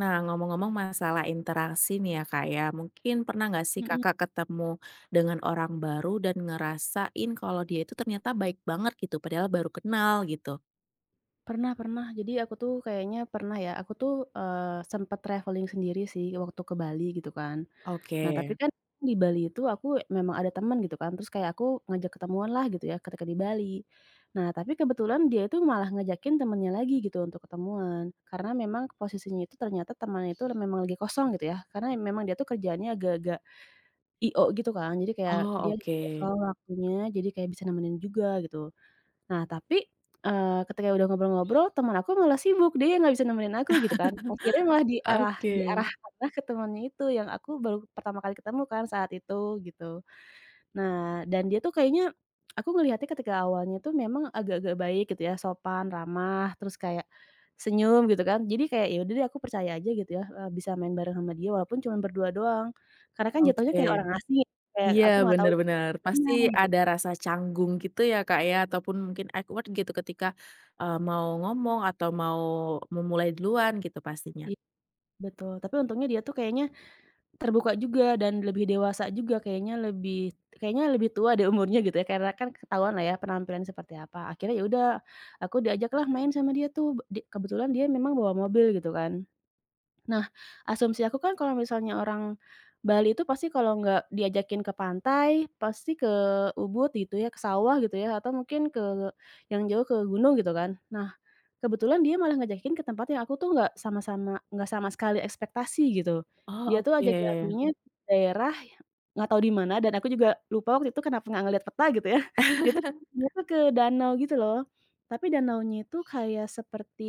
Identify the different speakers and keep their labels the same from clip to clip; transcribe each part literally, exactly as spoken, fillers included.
Speaker 1: Nah, ngomong-ngomong masalah interaksi nih ya, Kak, ya. Mungkin pernah nggak sih
Speaker 2: Mhm,
Speaker 1: Kakak ketemu dengan orang baru dan ngerasain kalau dia itu ternyata baik banget gitu, padahal baru kenal gitu?
Speaker 2: pernah pernah. Jadi aku tuh kayaknya pernah ya, aku tuh, eee, sempet traveling sendiri sih waktu ke Bali gitu kan.
Speaker 1: Oke.
Speaker 2: Nah tapi kan di Bali itu aku memang ada temen gitu kan, terus kayak aku ngajak ketemuan lah gitu ya ketika di Bali. Nah tapi kebetulan dia itu malah ngajakin temennya lagi gitu untuk ketemuan, karena memang posisinya itu ternyata temannya itu memang lagi kosong gitu ya, karena memang dia tuh kerjaannya agak-agak I.O gitu kan, jadi kayak
Speaker 1: Oh,
Speaker 2: dia
Speaker 1: oke.
Speaker 2: kosong waktunya, jadi kayak bisa nemenin juga gitu. Nah, tapi, eee, ketika udah ngobrol-ngobrol, teman aku malah sibuk, dia nggak bisa nemenin aku gitu kan. Akhirnya malah dialah
Speaker 1: Oke
Speaker 2: diarahkanlah ke temannya itu, yang aku baru pertama kali ketemu kan saat itu, gitu. Nah, dan dia tuh kayaknya aku ngelihatnya ketika awalnya tuh memang agak-agak baik gitu ya, sopan, ramah, terus kayak senyum gitu kan. Jadi kayak, ya udah deh aku percaya aja gitu ya, eee, bisa main bareng sama dia walaupun cuman berdua doang. Karena kan jatuhnya kayak orang
Speaker 1: oke.
Speaker 2: asing, ya, kayak
Speaker 1: Iya,
Speaker 2: aku nggak tahu
Speaker 1: bener bener. Pasti
Speaker 2: gimana gitu.
Speaker 1: ada rasa canggung gitu ya, Kak, ya, ataupun mungkin awkward gitu ketika, eee, mau ngomong atau mau memulai duluan gitu pastinya.
Speaker 2: Iya, betul. Tapi untungnya dia tuh kayaknya terbuka juga dan lebih dewasa juga kayaknya lebih kayaknya lebih tua deh umurnya gitu ya karena kan ketahuan lah ya penampilan seperti apa. Akhirnya ya udah aku diajaklah main sama dia tuh di kebetulan dia memang bawa mobil gitu kan. Nah, asumsi aku kan kalau misalnya orang Bali itu pasti kalau nggak diajakin ke pantai, pasti ke Ubud gitu ya, ke sawah gitu ya, atau mungkin ke yang jauh ke gunung gitu kan. Nah, kebetulan dia malah ngajakin ke tempat yang aku tuh nggak sama-sama nggak sama sekali ekspektasi gitu. Dia
Speaker 1: Oh,
Speaker 2: tuh ajakin
Speaker 1: oke.
Speaker 2: akunya Mhm. daerah nggak tahu di mana dan aku juga lupa waktu itu kenapa nggak ngeliat peta gitu ya. Dia tuh dia tuh ke danau gitu loh, tapi danaunya itu kayak seperti,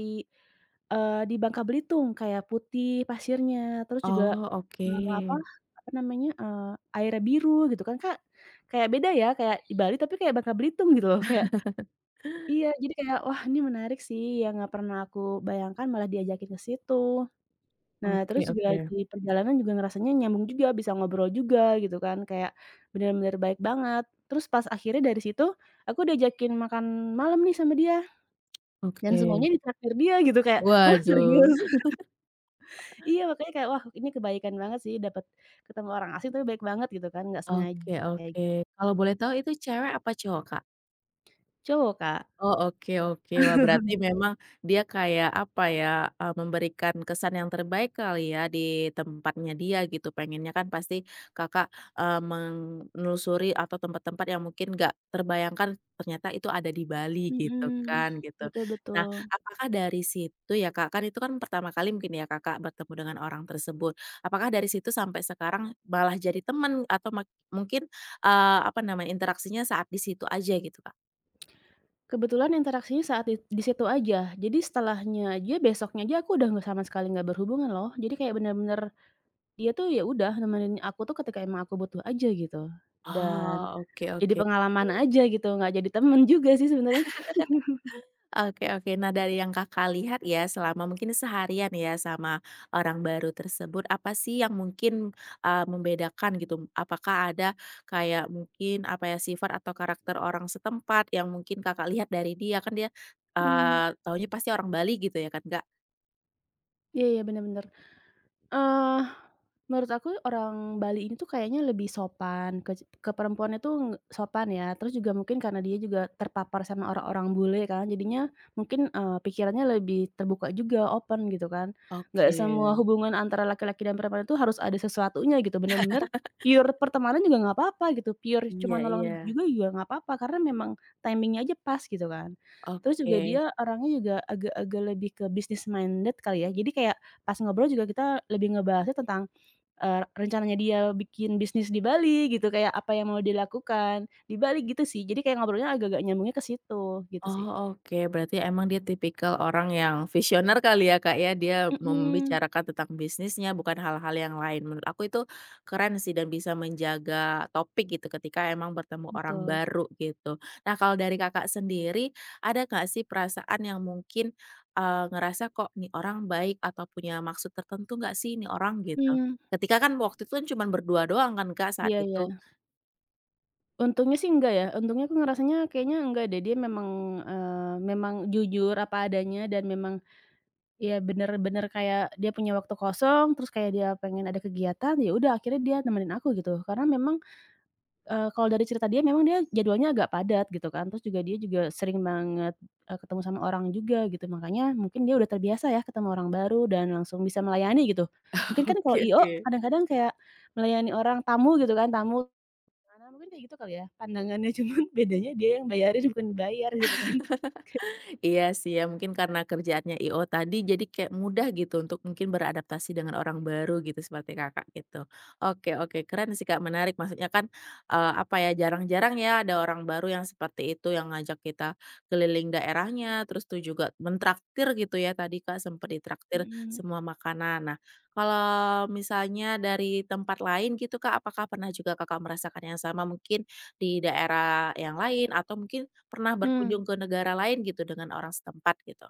Speaker 2: eee, di Bangka Belitung, kayak putih pasirnya, terus juga,
Speaker 1: Oh, oke.
Speaker 2: eee, apa apa namanya, eee, airnya biru gitu kan, Kak. Kayak beda ya, kayak di Bali tapi kayak Bangka Belitung gitu loh, kayak iya, jadi kayak, wah ini menarik sih, yang nggak pernah aku bayangkan malah diajakin ke situ. Nah,
Speaker 1: Oke
Speaker 2: terus juga
Speaker 1: oke
Speaker 2: di perjalanan juga ngerasanya nyambung juga, bisa ngobrol juga gitu kan, kayak bener-bener baik banget. Terus pas akhirnya dari situ, aku diajakin makan malam nih sama dia, dan semuanya
Speaker 1: oke.
Speaker 2: ditraktir dia gitu, kayak, "Hah
Speaker 1: Waduh.
Speaker 2: serius?" Iya, makanya kayak, wah ini kebaikan banget sih dapat ketemu orang asing tapi baik banget gitu kan, nggak sengaja
Speaker 1: Oke
Speaker 2: kayak
Speaker 1: oke. Kalau boleh tahu itu cewek apa cowok, Kak?
Speaker 2: gitu, Kak.
Speaker 1: Oh, oke oke. Wah, berarti memang dia kayak, apa ya, eee, memberikan kesan yang terbaik kali ya di tempatnya dia gitu. Pengennya kan pasti Kakak, eee, menelusuri atau tempat-tempat yang mungkin nggak terbayangkan ternyata itu ada di Bali gitu
Speaker 2: Mhm,
Speaker 1: kan, gitu.
Speaker 2: betul
Speaker 1: Nah,
Speaker 2: betul.
Speaker 1: apakah dari situ ya Kak, kan itu kan pertama kali mungkin ya Kakak bertemu dengan orang tersebut. Apakah dari situ sampai sekarang malah jadi teman atau mak mungkin, eee, apa namanya, interaksinya saat di situ aja gitu, Kak?
Speaker 2: Kebetulan interaksinya saat it di situ aja. Jadi setelahnya aja, besoknya aja aku udah nggak sama sekali nggak berhubungan loh. Jadi kayak bener-bener dia tuh ya udah nemenin aku tuh ketika emang aku butuh aja gitu. Dan
Speaker 1: Oh, oke
Speaker 2: jadi
Speaker 1: oke.
Speaker 2: pengalaman aja gitu, nggak jadi temen juga sih sebenarnya.
Speaker 1: Oke oke. Nah, dari yang Kakak lihat ya, selama mungkin seharian ya sama orang baru tersebut, apa sih yang mungkin, eee, membedakan gitu? Apakah ada kayak mungkin, apa ya, sifat atau karakter orang setempat yang mungkin Kakak lihat dari dia? Kan dia,
Speaker 2: Mmm,
Speaker 1: eee, taunya pasti orang Bali gitu ya kan, Kak?
Speaker 2: iya iya, bener bener. Eee, Menurut aku orang Bali ini tuh kayaknya lebih sopan, kec ke perempuannya tuh ng sopan ya, terus juga mungkin karena dia juga terpapar sama orang-orang bule kan, jadinya mungkin, eee, pikirannya lebih terbuka juga, open gitu kan. Nggak
Speaker 1: Oke.
Speaker 2: semua hubungan antara laki-laki dan perempuan itu harus ada sesuatunya gitu, bener-bener pure pertemanan juga nggak apa-apa gitu, pure
Speaker 1: Iya
Speaker 2: cuma nolong
Speaker 1: iya.
Speaker 2: juga juga nggak apa-apa, karena memang timingnya aja pas gitu kan. Terus juga dia
Speaker 1: Oke.
Speaker 2: orangnya juga agak-agak lebih ke business minded kali ya, jadi kayak pas ngobrol juga kita lebih ngebahasnya tentang, eee, rencananya dia bikin bisnis di Bali gitu, kayak apa yang mau dilakukan di Bali gitu sih. Jadi kayak ngobrolnya agak-agak nyambungnya ke situ, gitu sih.
Speaker 1: Oh, oke. Berarti emang dia tipikal orang yang visioner kali ya, Kak, ya. Dia
Speaker 2: Mhm,
Speaker 1: membicarakan tentang bisnisnya, bukan hal-hal yang lain. Menurut aku itu keren sih dan bisa menjaga topik gitu ketika emang bertemu orang
Speaker 2: betul.
Speaker 1: baru gitu. Nah, kalau dari Kakak sendiri, ada nggak sih perasaan yang mungkin eee, ngerasa kok nih orang baik atau punya maksud tertentu nggak sih nih orang gitu?
Speaker 2: Mmm,
Speaker 1: Ketika kan waktu itu kan cuma berdua doang kan, Kak, saat
Speaker 2: iya
Speaker 1: itu?
Speaker 2: iya. Untungnya sih enggak ya, untungnya aku ngerasanya kayaknya enggak deh, dia memang, eee, memang jujur apa adanya dan memang ya bener-bener kayak dia punya waktu kosong, terus kayak dia pengen ada kegiatan, ya udah akhirnya dia nemenin aku gitu. Karena memang Eee, kalau dari cerita dia memang dia jadwalnya agak padat gitu kan, terus juga dia juga sering banget, eee, ketemu sama orang juga gitu, makanya mungkin dia udah terbiasa ya ketemu orang baru dan langsung bisa melayani gitu. Mungkin kan
Speaker 1: Oke
Speaker 2: kalau I.O
Speaker 1: oke.
Speaker 2: kadang-kadang kayak melayani orang tamu gitu kan, tamu mana mungkin kayak gitu kali ya pandangannya, cuman bedanya dia yang bayarin bukan dibayar gitu kan.
Speaker 1: Iya sih ya, mungkin karena kerjaannya i o tadi jadi kayak mudah gitu untuk mungkin beradaptasi dengan orang baru gitu seperti Kakak gitu. Oke oke, keren sih Kak, menarik. Maksudnya kan, eee, apa ya, jarang-jarang ya ada orang baru yang seperti itu yang ngajak kita keliling daerahnya, terus tuh juga mentraktir gitu ya tadi Kak, sempat ditraktir
Speaker 2: Mhm.
Speaker 1: semua makanan. Nah, kalau misalnya dari tempat lain gitu Kak, apakah pernah juga Kakak merasakan yang sama mungkin di daerah yang lain atau mungkin pernah
Speaker 2: Mmm.
Speaker 1: berkunjung ke negara lain gitu dengan orang setempat gitu?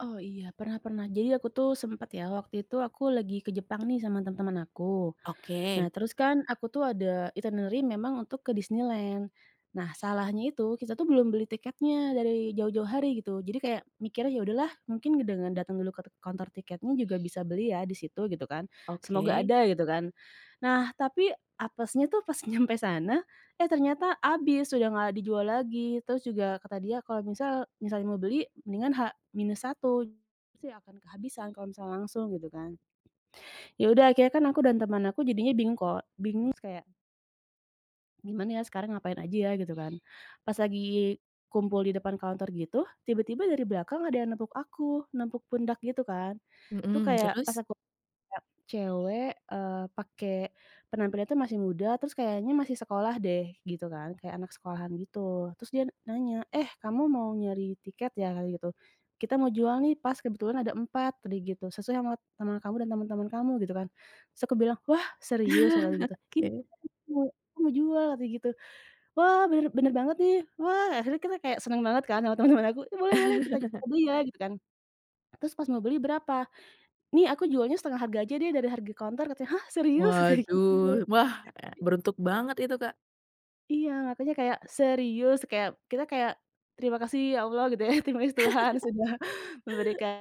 Speaker 2: Oh iya, pernah pernah. Jadi aku tuh sempet ya, waktu itu aku lagi ke Jepang nih sama teman-teman aku.
Speaker 1: Oke
Speaker 2: Nah, terus kan aku tuh ada itinerary memang untuk ke Disneyland. Nah, salahnya itu kita tuh belum beli tiketnya dari jauh-jauh hari gitu. Jadi kayak mikirnya ya udahlah, mungkin dengan datang dulu ke kantor tiketnya juga bisa beli ya di situ gitu kan. Semoga
Speaker 1: oke,
Speaker 2: ada gitu kan. Nah, tapi apesnya tuh pas nyampe sana, eh ternyata habis, sudah nggak dijual lagi. Terus juga kata dia kalau misal misalnya mau beli mendingan H minus satu sih akan kehabisan kalau misalnya langsung gitu kan. Ya udah akhirnya kan aku dan teman aku jadinya bingung kok bingung terus kayak, "Gimana ya sekarang ngapain aja ya?" Gitu kan. Pas lagi kumpul di depan kantor gitu, tiba-tiba dari belakang ada yang nempuk aku, nempuk pundak gitu kan. Tuh
Speaker 1: mhm,
Speaker 2: kayak pas
Speaker 1: terus?
Speaker 2: aku kayak cewek, eee, pakai penampilannya tuh masih muda, terus kayaknya masih sekolah deh, gitu kan, kayak anak sekolahan gitu. Terus dia nanya, "Eh, kamu mau nyari tiket ya?" Katanya gitu. "Kita mau jual nih, pas kebetulan ada empat tadi gitu, sesuai sama sama kamu dan teman-teman kamu," gitu kan. Terus aku bilang, "Wah, serius?" Kata dia gitu. "Iya,
Speaker 1: Oke.
Speaker 2: aku mau aku mau jual," katanya gitu. "Wah, bener bener banget nih. Wah." Akhirnya kita kayak seneng banget kan sama teman-teman aku, "Ih, boleh boleh, kita kita beli ya," gitu kan. Terus pas mau beli, "Berapa? Nih aku jualnya setengah harga aja deh dari harga konter," katanya, "Hah serius?" Katanya gitu.
Speaker 1: Waduh, wah, eee, beruntuk banget itu, Kak.
Speaker 2: Iya makanya kayak serius kayak kita kayak terima kasih ya Allah gitu ya, terima kasih Tuhan sudah memberikan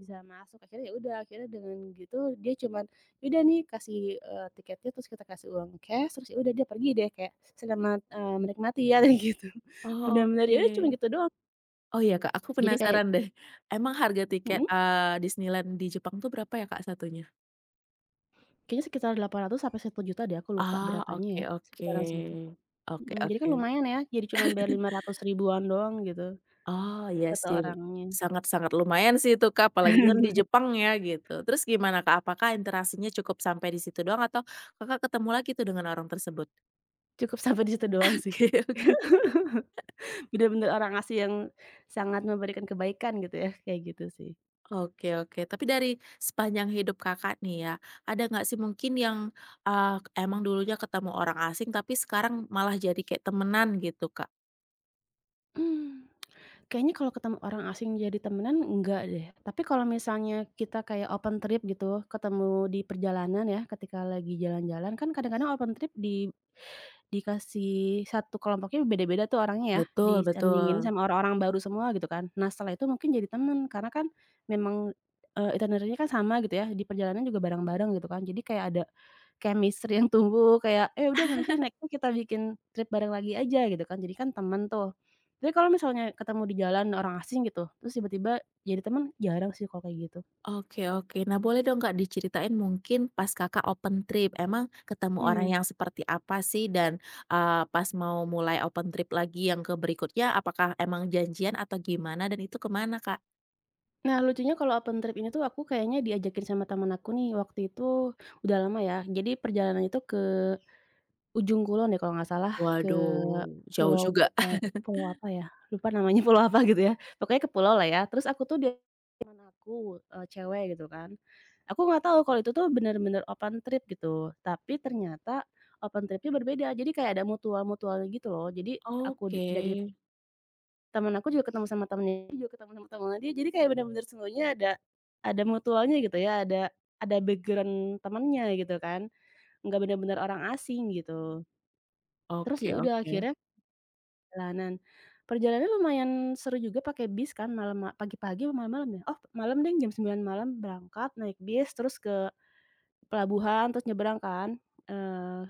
Speaker 2: bisa masuk. Akhirnya ya udah, akhirnya dengan gitu dia cuman, "Ya udah nih kasih, eee, tiketnya," terus kita kasih uang cash, terus ya udah dia pergi deh kayak, "Selamat, eee, menikmati ya," katanya gitu.
Speaker 1: Oh,
Speaker 2: Bener-bener ya udah cuman
Speaker 1: oke.
Speaker 2: gitu doang.
Speaker 1: Oh iya, Kak, aku
Speaker 2: Jadi kayak
Speaker 1: penasaran deh, emang harga tiket,
Speaker 2: mhm,
Speaker 1: eee, Disneyland di Jepang tuh berapa ya, Kak, satunya?
Speaker 2: kayaknya sekitar delapan ratus sampai satu juta deh aku lupa
Speaker 1: Ah,
Speaker 2: berapanya
Speaker 1: oke
Speaker 2: ya,
Speaker 1: oke.
Speaker 2: sekitaran segitu.
Speaker 1: Oke
Speaker 2: Mhm, jadi kan
Speaker 1: oke.
Speaker 2: lumayan ya, jadi cuman bayar lima ratus ribu-an doang gitu,
Speaker 1: Oh, iya
Speaker 2: satu
Speaker 1: sih,
Speaker 2: orangnya.
Speaker 1: sangat-sangat lumayan sih itu, Kak, apalagi kan di Jepang ya, gitu. Terus gimana, Kak, apakah interaksinya cukup sampai di situ doang atau Kakak ketemu lagi tuh dengan orang tersebut?
Speaker 2: Cukup sampai di situ doang sih.
Speaker 1: Oke oke.
Speaker 2: Bener-bener orang asli yang sangat memberikan kebaikan gitu ya, kayak gitu sih.
Speaker 1: Oke oke, tapi dari sepanjang hidup Kakak nih ya, ada nggak sih mungkin yang, eee, emang dulunya ketemu orang asing tapi sekarang malah jadi kayak temenan gitu, Kak?
Speaker 2: Mmm, kayaknya kalau ketemu orang asing jadi temenan enggak deh, tapi kalau misalnya kita kayak open trip gitu, ketemu di perjalanan ya, ketika lagi jalan-jalan, kan kadang-kadang open trip di dikasih satu kelompoknya beda-beda tuh orangnya ya,
Speaker 1: Betul
Speaker 2: disandingin
Speaker 1: betul.
Speaker 2: sama orang-orang baru semua gitu kan. Nah setelah itu mungkin jadi temen karena kan memang, eee, itinerary-nya kan sama gitu ya, di perjalanan juga bareng-bareng gitu kan. Jadi kayak ada chemistry yang tumbuh kayak, "Eh udah nanti next-nya kita bikin trip bareng lagi aja," gitu kan. Jadi kan temen tuh. Tapi kalau misalnya ketemu di jalan orang asing gitu, terus tiba-tiba jadi temen, jarang sih kalau kayak gitu.
Speaker 1: Oke oke. Nah, boleh dong Kak diceritain mungkin pas Kakak open trip, emang ketemu orang
Speaker 2: Mhm.
Speaker 1: yang seperti apa sih? Dan, eee, pas mau mulai open trip lagi yang ke berikutnya, apakah emang janjian atau gimana dan itu kemana Kak?
Speaker 2: Nah, lucunya kalau open trip ini tuh aku kayaknya diajakin sama temen aku nih, waktu itu udah lama ya. Jadi perjalanan itu ke Ujung Kulon deh kalau nggak salah, ke
Speaker 1: Waduh, jauh
Speaker 2: pulau
Speaker 1: juga.
Speaker 2: kayak pulau apa ya, lupa namanya pulau apa gitu ya. Pokoknya ke pulau lah ya. Terus aku tuh dia teman aku, eee, cewek gitu kan. Aku nggak tahu kalau itu tuh bener-bener open trip gitu, tapi ternyata open tripnya berbeda. Jadi kayak ada mutual-mutualnya gitu loh. Jadi aku di
Speaker 1: Oke.
Speaker 2: diajakin. Temen aku juga ketemu sama temennya dia juga ketemu sama temennya dia, jadi kayak bener-bener semuanya ada ada mutualnya gitu ya, ada ada background temennya gitu kan, nggak bener-bener orang asing gitu. Terus
Speaker 1: Oke
Speaker 2: ya udah
Speaker 1: oke.
Speaker 2: akhirnya jalanan, perjalanannya lumayan seru juga pakai bis kan malam pagi-pagi apa malam-malam ya? Oh malam deh jam sembilan malam berangkat naik bis terus ke pelabuhan terus nyebrang kan, eee,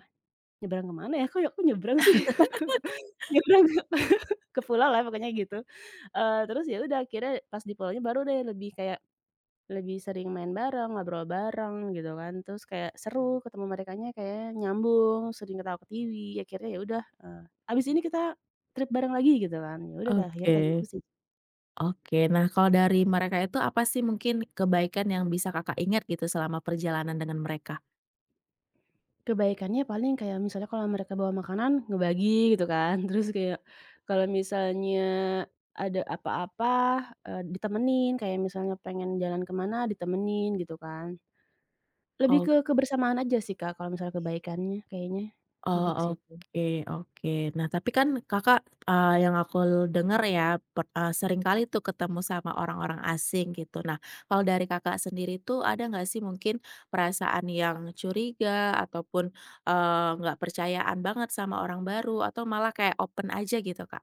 Speaker 2: nyebrang ke mana ya? Kok aku nyebrang sih? Nyebrang ke pulau lah pokoknya gitu, eee, terus ya udah akhirnya pas di pulaunya baru deh lebih kayak lebih sering main bareng, ngobrol bareng gitu kan, terus kayak seru ketemu merekanya kayak nyambung, sering ketawa ke ketiwi, akhirnya ya udah, eee, "Abis ini kita trip bareng lagi," gitu kan. Ya udah kayak akhirnya kayak gitu
Speaker 1: Oke.
Speaker 2: sih.
Speaker 1: Oke. Nah, kalau dari mereka itu apa sih mungkin kebaikan yang bisa Kakak ingat gitu selama perjalanan dengan mereka?
Speaker 2: Kebaikannya paling kayak misalnya kalau mereka bawa makanan, ngebagi gitu kan, terus kayak kalau misalnya ada apa-apa, eee, ditemenin, kayak misalnya pengen jalan ke mana ditemenin gitu kan. Lebih ke kebersamaan aja sih, Kak, kalau misalnya kebaikannya kayaknya,
Speaker 1: Oh,
Speaker 2: lebih ke situ.
Speaker 1: oke oke. Nah, tapi kan Kakak, eee, yang aku dengar ya, per eee, seringkali tuh ketemu sama orang-orang asing gitu. Nah, kalau dari Kakak sendiri tuh ada nggak sih mungkin perasaan yang curiga ataupun, eee, nggak percayaan banget sama orang baru atau malah kayak open aja gitu, Kak?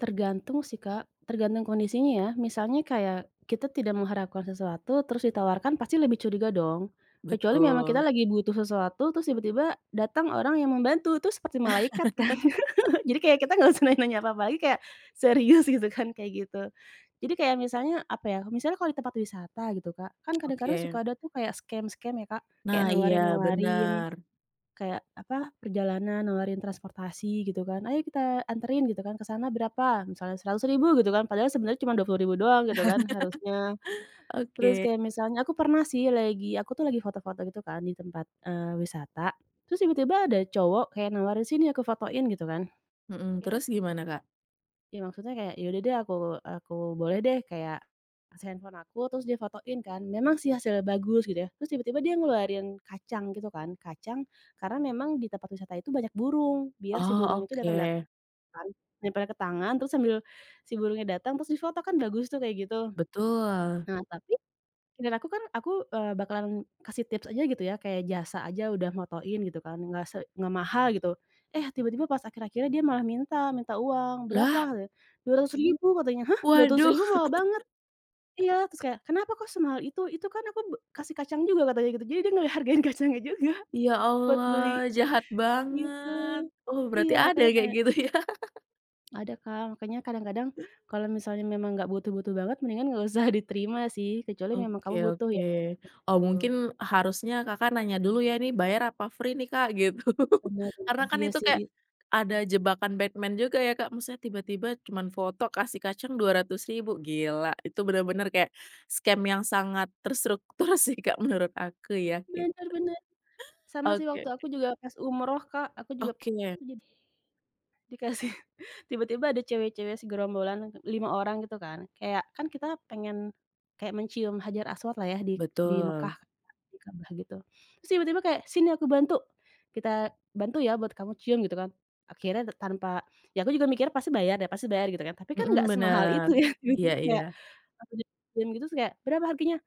Speaker 2: Tergantung sih, Kak, tergantung kondisinya ya. Misalnya kayak kita tidak mengharapkan sesuatu terus ditawarkan pasti lebih curiga dong. Kecuali memang kita
Speaker 1: Betul,
Speaker 2: lagi butuh sesuatu terus tiba-tiba datang orang yang membantu, itu seperti malaikat kan. Jadi kayak kita nggak usah nanya apa-apa lagi kayak serius gitu kan, kayak gitu. Jadi kayak misalnya apa ya, misalnya kalau di tempat wisata gitu, Kak, kan kadang-kadang
Speaker 1: oke.
Speaker 2: suka ada tuh kayak scam-scam ya, Kak, kayak
Speaker 1: Nah, iya
Speaker 2: nawarin-nawarin
Speaker 1: benar.
Speaker 2: kayak, apa, perjalanan nawarin transportasi gitu kan, "Ayo kita anterin," gitu kan, "ke sana berapa?" Misalnya seratus ribu gitu kan, padahal sebenarnya cuma dua puluh ribu doang gitu kan harusnya. Terus
Speaker 1: Oke,
Speaker 2: kayak misalnya aku pernah sih lagi aku tuh lagi foto-foto gitu kan di tempat, eee, wisata, terus tiba-tiba ada cowok kayak nawarin, "Sini aku fotoin," gitu kan.
Speaker 1: mhm,
Speaker 2: kira
Speaker 1: terus gimana, Kak?
Speaker 2: Ya maksudnya kayak, ya udah deh aku aku boleh deh kayak kasih handphone aku, terus dia fotoin kan, memang sih hasilnya bagus gitu ya, terus tiba-tiba dia ngeluarin kacang gitu kan, kacang karena memang di tempat wisata itu banyak burung, biar si
Speaker 1: Oh,
Speaker 2: burung itu
Speaker 1: oke,
Speaker 2: datang-datang, nempel ke tangan, terus sambil si burungnya datang, terus difoto kan bagus tuh kayak gitu.
Speaker 1: betul.
Speaker 2: Nah tapi dan aku kan aku, eee, bakalan kasih tips aja gitu ya, kayak jasa aja udah motoin gitu kan, nggak se nggak mahal gitu. Eh, tiba-tiba pas akhir-akhirnya dia malah minta minta uang, "Berapa?"
Speaker 1: Lah,
Speaker 2: Dua ratus ribu katanya. "Hah, dua ratus
Speaker 1: waduh!
Speaker 2: ribu mahal banget?" "Iya." Terus kayak, "Kenapa kok semahal itu? Itu kan aku be kasih kacang juga," katanya gitu. Jadi dia ngehargain kacangnya juga
Speaker 1: Ya
Speaker 2: buat beli
Speaker 1: Allah, jahat
Speaker 2: gitu.
Speaker 1: banget. Oh,
Speaker 2: Iya,
Speaker 1: berarti ada
Speaker 2: makanya
Speaker 1: yang kayak
Speaker 2: kayak
Speaker 1: gitu ya?
Speaker 2: ada, Kak, makanya kadang-kadang kalau misalnya memang nggak butuh-butuh banget mendingan nggak usah diterima sih, kecuali memang
Speaker 1: Oke
Speaker 2: kamu butuh
Speaker 1: oke.
Speaker 2: ya,
Speaker 1: Oh,
Speaker 2: gitu.
Speaker 1: mungkin harusnya Kakak nanya dulu ya, "Ini bayar apa free nih, Kak?" Gitu.
Speaker 2: Bener
Speaker 1: Karena
Speaker 2: bener,
Speaker 1: kan
Speaker 2: iya
Speaker 1: itu
Speaker 2: sih i
Speaker 1: kayak ada jebakan Batman juga ya, Kak, maksudnya tiba-tiba cuman foto kasih kacang dua ratus ribu gila. Itu benar-benar kayak scam yang sangat terstruktur sih, Kak, menurut aku ya gitu.
Speaker 2: bener bener, sama sih
Speaker 1: Oke
Speaker 2: waktu aku juga pas umroh, Kak, aku juga
Speaker 1: oke,
Speaker 2: jadi dikasih tiba-tiba ada cewek-cewek segerombolan lima orang gitu kan, kayak kan kita pengen kayak mencium Hajar Aswad lah ya di di Mekkah,
Speaker 1: betul.
Speaker 2: di Ka'bah gitu. Terus tiba-tiba kayak, "Sini aku bantu, kita bantu ya buat kamu cium," gitu kan. Akhirnya t tanpa ya aku juga mikir pasti bayar deh, pasti bayar gitu kan, tapi kan
Speaker 1: Mhm,
Speaker 2: nggak semahal
Speaker 1: bener.
Speaker 2: itu ya,
Speaker 1: Iya
Speaker 2: tiba-tiba
Speaker 1: iya.
Speaker 2: kayak langsung dicium gitu terus kayak, "Berapa harganya?"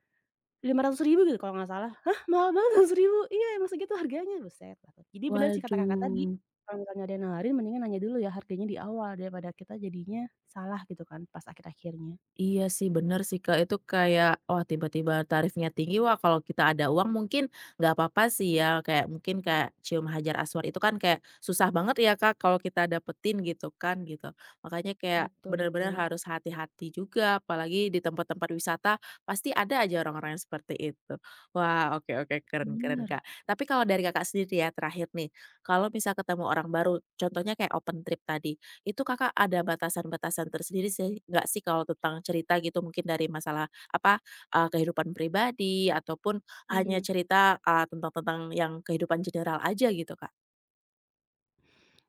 Speaker 2: Lima ratus ribu gitu kalau nggak salah. "Hah, mahal banget seratus ribu?" "Iya, emang segitu harganya." Buset dah. Jadi bener sih kata Kakak tadi,
Speaker 1: Waduh.
Speaker 2: kalau misalnya ada yang nawarin mendingan nanya dulu ya harganya di awal daripada kita jadinya salah gitu kan pas akhir-akhirnya.
Speaker 1: Iya sih bener sih Kak, itu kayak wah tiba-tiba tarifnya tinggi, wah kalau kita ada uang mungkin nggak apa-apa sih ya, kayak mungkin kayak cium hajar aswad itu kan kayak susah banget ya Kak kalau kita dapetin gitu kan gitu. Makanya kayak
Speaker 2: Betul
Speaker 1: benar-benar
Speaker 2: betul.
Speaker 1: harus hati-hati juga apalagi di tempat-tempat wisata pasti ada aja orang-orang yang seperti itu. Wah oke oke keren keren
Speaker 2: Bener,
Speaker 1: Kak. Tapi kalau dari Kakak sendiri ya terakhir nih, kalau misal ketemu orang baru contohnya kayak open trip tadi, itu Kakak ada batasan-batasan tersendiri sih nggak sih kalau tentang cerita gitu mungkin dari masalah apa, eee, kehidupan pribadi ataupun hanya
Speaker 2: mhm.
Speaker 1: cerita, eee, tentang tentang yang kehidupan general aja gitu, Kak?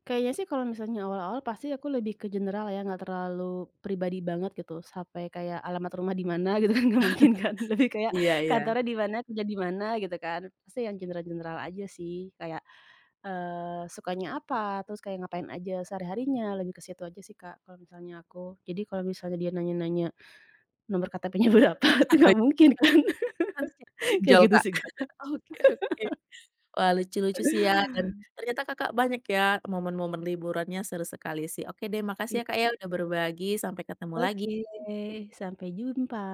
Speaker 2: Kayaknya sih kalau misalnya awal-awal pasti aku lebih ke general ya, nggak terlalu pribadi banget gitu, sampai kayak alamat rumah di mana gitu kan nggak mungkin kan, lebih kayak
Speaker 1: Iya iya.
Speaker 2: kantornya di mana, kerja di mana gitu kan. Pasti yang general-general aja sih, kayak, eee, sukanya apa, terus kayak ngapain aja sehari-harinya, lebih ke situ aja sih, Kak, kalau misalnya aku. Jadi kalau misalnya dia nanya-nanya nomor K T P-nya berapa, itu nggak mungkin kan,
Speaker 1: Nanti kayak
Speaker 2: kayak
Speaker 1: pinjol,
Speaker 2: gitu
Speaker 1: Kak.
Speaker 2: sih, Kak.
Speaker 1: Oke oke. Wah, lucu-lucu sih ya dan ternyata Kakak banyak ya momen-momen liburannya seru sekali sih. Oke deh makasih ya, Kak, ya udah berbagi, sampai ketemu
Speaker 2: Oke,
Speaker 1: lagi.
Speaker 2: sampai jumpa.